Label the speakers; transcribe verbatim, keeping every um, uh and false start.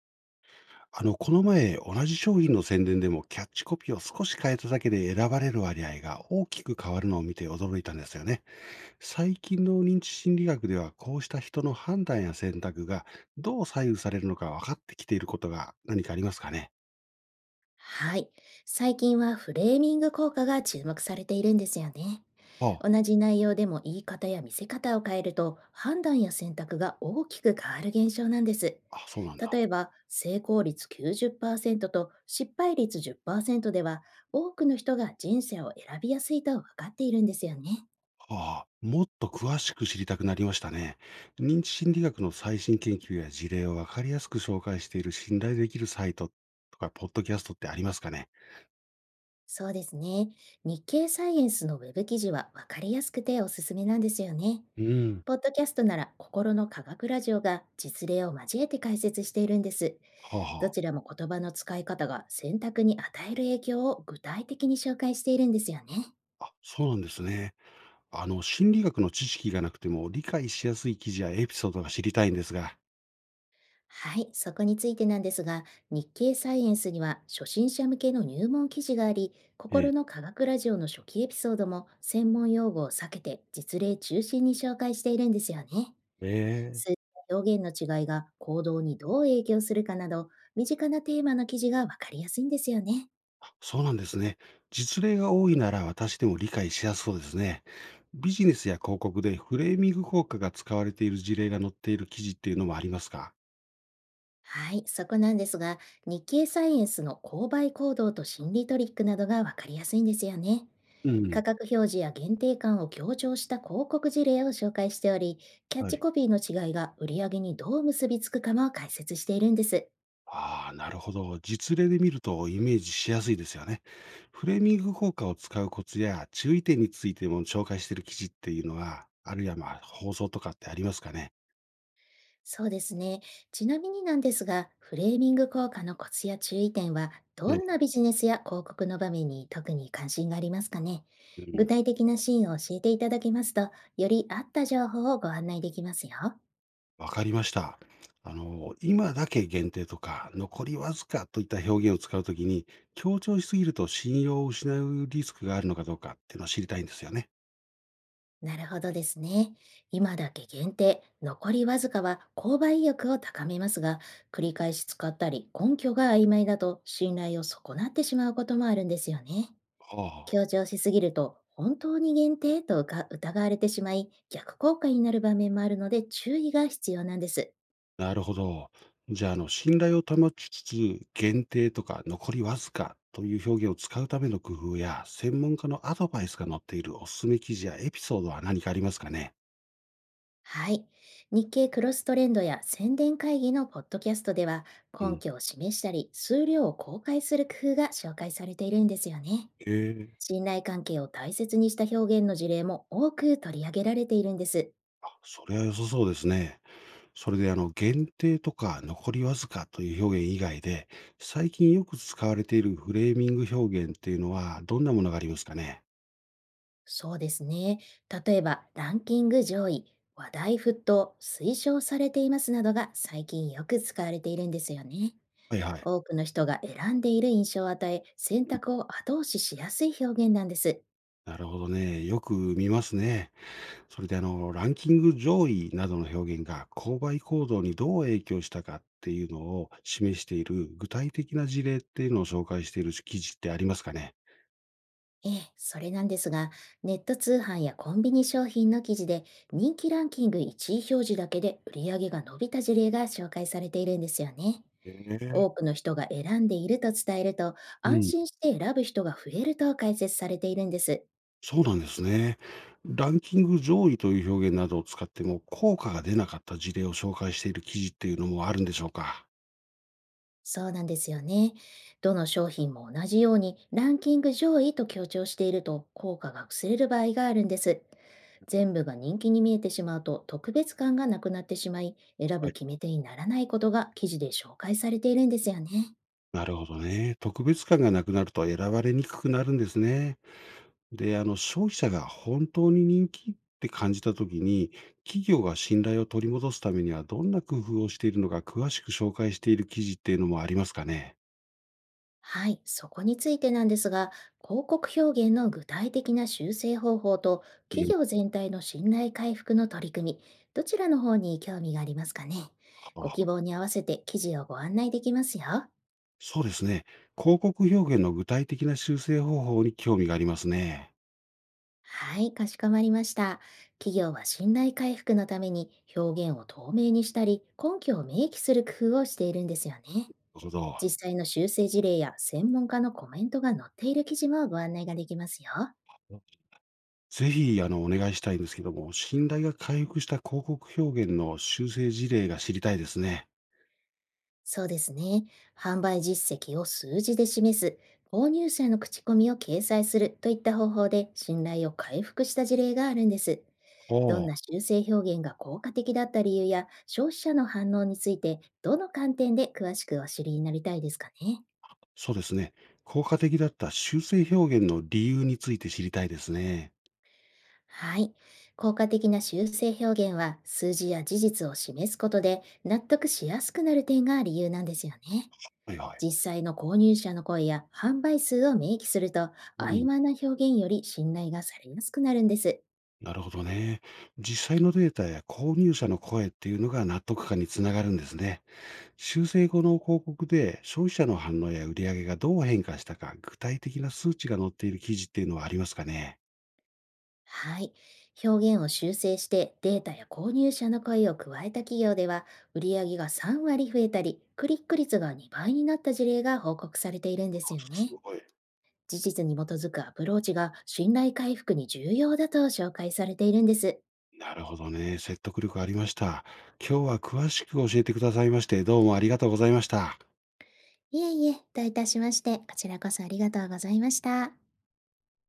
Speaker 1: あの、この前、同じ商品の宣伝でもキャッチコピーを少し変えただけで選ばれる割合が大きく変わるのを見て驚いたんですよね。最近の認知心理学では、こうした人の判断や選択がどう左右されるのか分かってきていることが何かありますかね？
Speaker 2: はい。最近はフレーミング効果が注目されているんですよね。
Speaker 1: ああ、
Speaker 2: 同じ内容でも言い方や見せ方を変えると判断や選択が大きく変わる現象なんです。
Speaker 1: あそうなんだ。
Speaker 2: 例えば、成功率きゅうじゅっパーセントと失敗率じゅっパーセントでは、多くの人が人生を選びやすいと分かっているんですよね。
Speaker 1: ああ、もっと詳しく知りたくなりましたね。認知心理学の最新研究や事例を分かりやすく紹介している信頼できるサイトとか、ポッドキャストってありますかね？
Speaker 2: そうですね。日経サイエンスのウェブ記事は分かりやすくておすすめなんですよね。
Speaker 1: うん。
Speaker 2: ポッドキャストなら心の科学ラジオが実例を交えて解説しているんです。
Speaker 1: はあ
Speaker 2: ど
Speaker 1: はあ。
Speaker 2: ちらも言葉の使い方が選択に与える影響を具体的に紹介しているんですよね。
Speaker 1: あ、そうなんですね。あの、心理学の知識がなくても理解しやすい記事やエピソードが知りたいんですが。
Speaker 2: はい、そこについてなんですが、日経サイエンスには初心者向けの入門記事があり、
Speaker 1: ええ。
Speaker 2: 心の科学ラジオの初期エピソードも専門用語を避けて実例中心に紹介しているんですよね。
Speaker 1: ええ。
Speaker 2: 数字や表現の違いが行動にどう影響するかなど、身近なテーマの記事がわかりやすいんですよね。
Speaker 1: あ、そうなんですね。実例が多いなら私でも理解しやすそうですね。ビジネスや広告でフレーミング効果が使われている事例が載っている記事っていうのもありますか？
Speaker 2: はい、そこなんですが、日経サイエンスの購買行動と心理トリックなどがわかりやすいんですよね。
Speaker 1: うん、
Speaker 2: 価格表示や限定感を強調した広告事例を紹介しており、キャッ
Speaker 1: は
Speaker 2: チ
Speaker 1: い。
Speaker 2: コピーの違いが売り上げにどう結びつくかも解説しているんです。
Speaker 1: ああ、なるほど。実例で見るとイメージしやすいですよね。フレーミング効果を使うコツや注意点についても紹介している記事っていうのは、あるいはまあ放送とかってありますかね。
Speaker 2: そうですね。ちなみになんですが、フレーミング効果のコツや注意点は、
Speaker 1: え
Speaker 2: ど
Speaker 1: え、
Speaker 2: んなビジネスや広告の場面に特に関心がありますかね。
Speaker 1: う
Speaker 2: 具
Speaker 1: ん、
Speaker 2: 体的なシーンを教えていただけますと、より合った情報をご案内できますよ。
Speaker 1: わかりました。あの、今だけ限定とか、残りわずかといった表現を使うときに、強調しすぎると信用を失うリスクがあるのかどうかっていうのを知りたいんですよね。
Speaker 2: なるほどですね。今だけ限定、残りわずかは購買意欲を高めますが、繰り返し使ったり根拠が曖昧だと信頼を損なってしまうこともあるんですよね。
Speaker 1: はあ。
Speaker 2: 強調しすぎると本当に限定とうか疑われてしまい、逆効果になる場面もあるので注意が必要なんです。
Speaker 1: なるほど。じゃあ、あの、信頼を保ちつつ、限定とか残りわずかという表現を使うための工夫や、専門家のアドバイスが載っているおすすめ記事やエピソードは何かありますかね？
Speaker 2: はい。日経クロストレンドや宣伝会議のポッドキャストでは、
Speaker 1: う
Speaker 2: 根
Speaker 1: ん。
Speaker 2: 拠を示したり、数量を公開する工夫が紹介されているんですよね。
Speaker 1: へえ、
Speaker 2: 信頼関係を大切にした表現の事例も多く取り上げられているんです。
Speaker 1: あ、それは良さそうですね。それで、あの、限定とか残りわずかという表現以外で、最近よく使われているフレーミング表現っていうのは、どんなものがありますかね？
Speaker 2: そうですね。例えば、ランキング上位、話題沸騰、推奨されていますなどが最近よく使われているんですよね。
Speaker 1: はいはい。
Speaker 2: 多くの人が選んでいる印象を与え、選択を後押ししやすい表現なんです。
Speaker 1: なるほどね。よく見ますね。それであの、ランキング上位などの表現が購買行動にどう影響したかっていうのを示している具体的な事例っていうのを紹介している記事ってありますかね？
Speaker 2: ええ、それなんですが、ネット通販やコンビニ商品の記事で人気ランキングいちい表示だけで売り上げが伸びた事例が紹介されているんですよね。
Speaker 1: え
Speaker 2: 多
Speaker 1: え。
Speaker 2: くの人が選んでいると伝えると、
Speaker 1: う
Speaker 2: 安
Speaker 1: ん、
Speaker 2: 心して選ぶ人が増えると解説されているんです。
Speaker 1: そうなんですね。ランキング上位という表現などを使っても効果が出なかった事例を紹介している記事っていうのもあるんでしょうか？
Speaker 2: そうなんですよね。どの商品も同じようにランキング上位と強調していると効果が薄れる場合があるんです。全部が人気に見えてしまうと特別感がなくなってしまい、選
Speaker 1: は
Speaker 2: ぶ
Speaker 1: い。
Speaker 2: 決め手にならないことが記事で紹介されているんですよね。
Speaker 1: なるほどね。特別感がなくなると選ばれにくくなるんですね。で、あの、消費者が本当に人気って感じたときに、企業が信頼を取り戻すためにはどんな工夫をしているのか詳しく紹介している記事っていうのもありますかね。
Speaker 2: はい、そこについてなんですが、広告表現の具体的な修正方法と
Speaker 1: う
Speaker 2: 企
Speaker 1: ん、
Speaker 2: 業全体の信頼回復の取り組み、どちらの方に興味がありますかね。ご希
Speaker 1: あ
Speaker 2: 望に合わせて記事をご案内できますよ。
Speaker 1: そうですね。広告表現の具体的な修正方法に興味がありますね。
Speaker 2: はい、かしこまりました。企業は信頼回復のために表現を透明にしたり、根拠を明記する工夫をしているんですよね。
Speaker 1: なるほど。
Speaker 2: 実際の修正事例や専門家のコメントが載っている記事もご案内ができますよ。
Speaker 1: ぜひ、あの、お願いしたいんですけども、信頼が回復した広告表現の修正事例が知りたいですね。
Speaker 2: そうですね。販売実績を数字で示す、購入者の口コミを掲載するといった方法で信頼を回復した事例があるんです。
Speaker 1: お
Speaker 2: どん
Speaker 1: お、
Speaker 2: な修正表現が効果的だった理由や消費者の反応について、どの観点で詳しくお知りになりたいですかね。
Speaker 1: そうですね。効果的だった修正表現の理由について知りたいですね。
Speaker 2: はい。効果的な修正表現は、数字や事実を示すことで納得しやすくなる点が理由なんですよね。
Speaker 1: はいはい。
Speaker 2: 実際の購入者の声や販売数を明記すると、
Speaker 1: う
Speaker 2: 曖
Speaker 1: ん。
Speaker 2: 昧な表現より信頼がされやすくなるんです。
Speaker 1: なるほどね。実際のデータや購入者の声っていうのが納得感につながるんですね。修正後の広告で消費者の反応や売り上げがどう変化したか、具体的な数値が載っている記事っていうのはありますかね。
Speaker 2: はい。表現を修正してデータや購入者の声を加えた企業では、売上がさん割増えたり、クリック率がにばいになった事例が報告されているんで
Speaker 1: あ
Speaker 2: すよ
Speaker 1: す
Speaker 2: ね。
Speaker 1: ごい。
Speaker 2: 事実に基づくアプローチが信頼回復に重要だと紹介されているんです。
Speaker 1: なるほどね。説得力ありました。今日は詳しく教えてくださいまして、どうもありがとうございました。
Speaker 2: いえいえ、どういたしまして、こちらこそありがとうございました。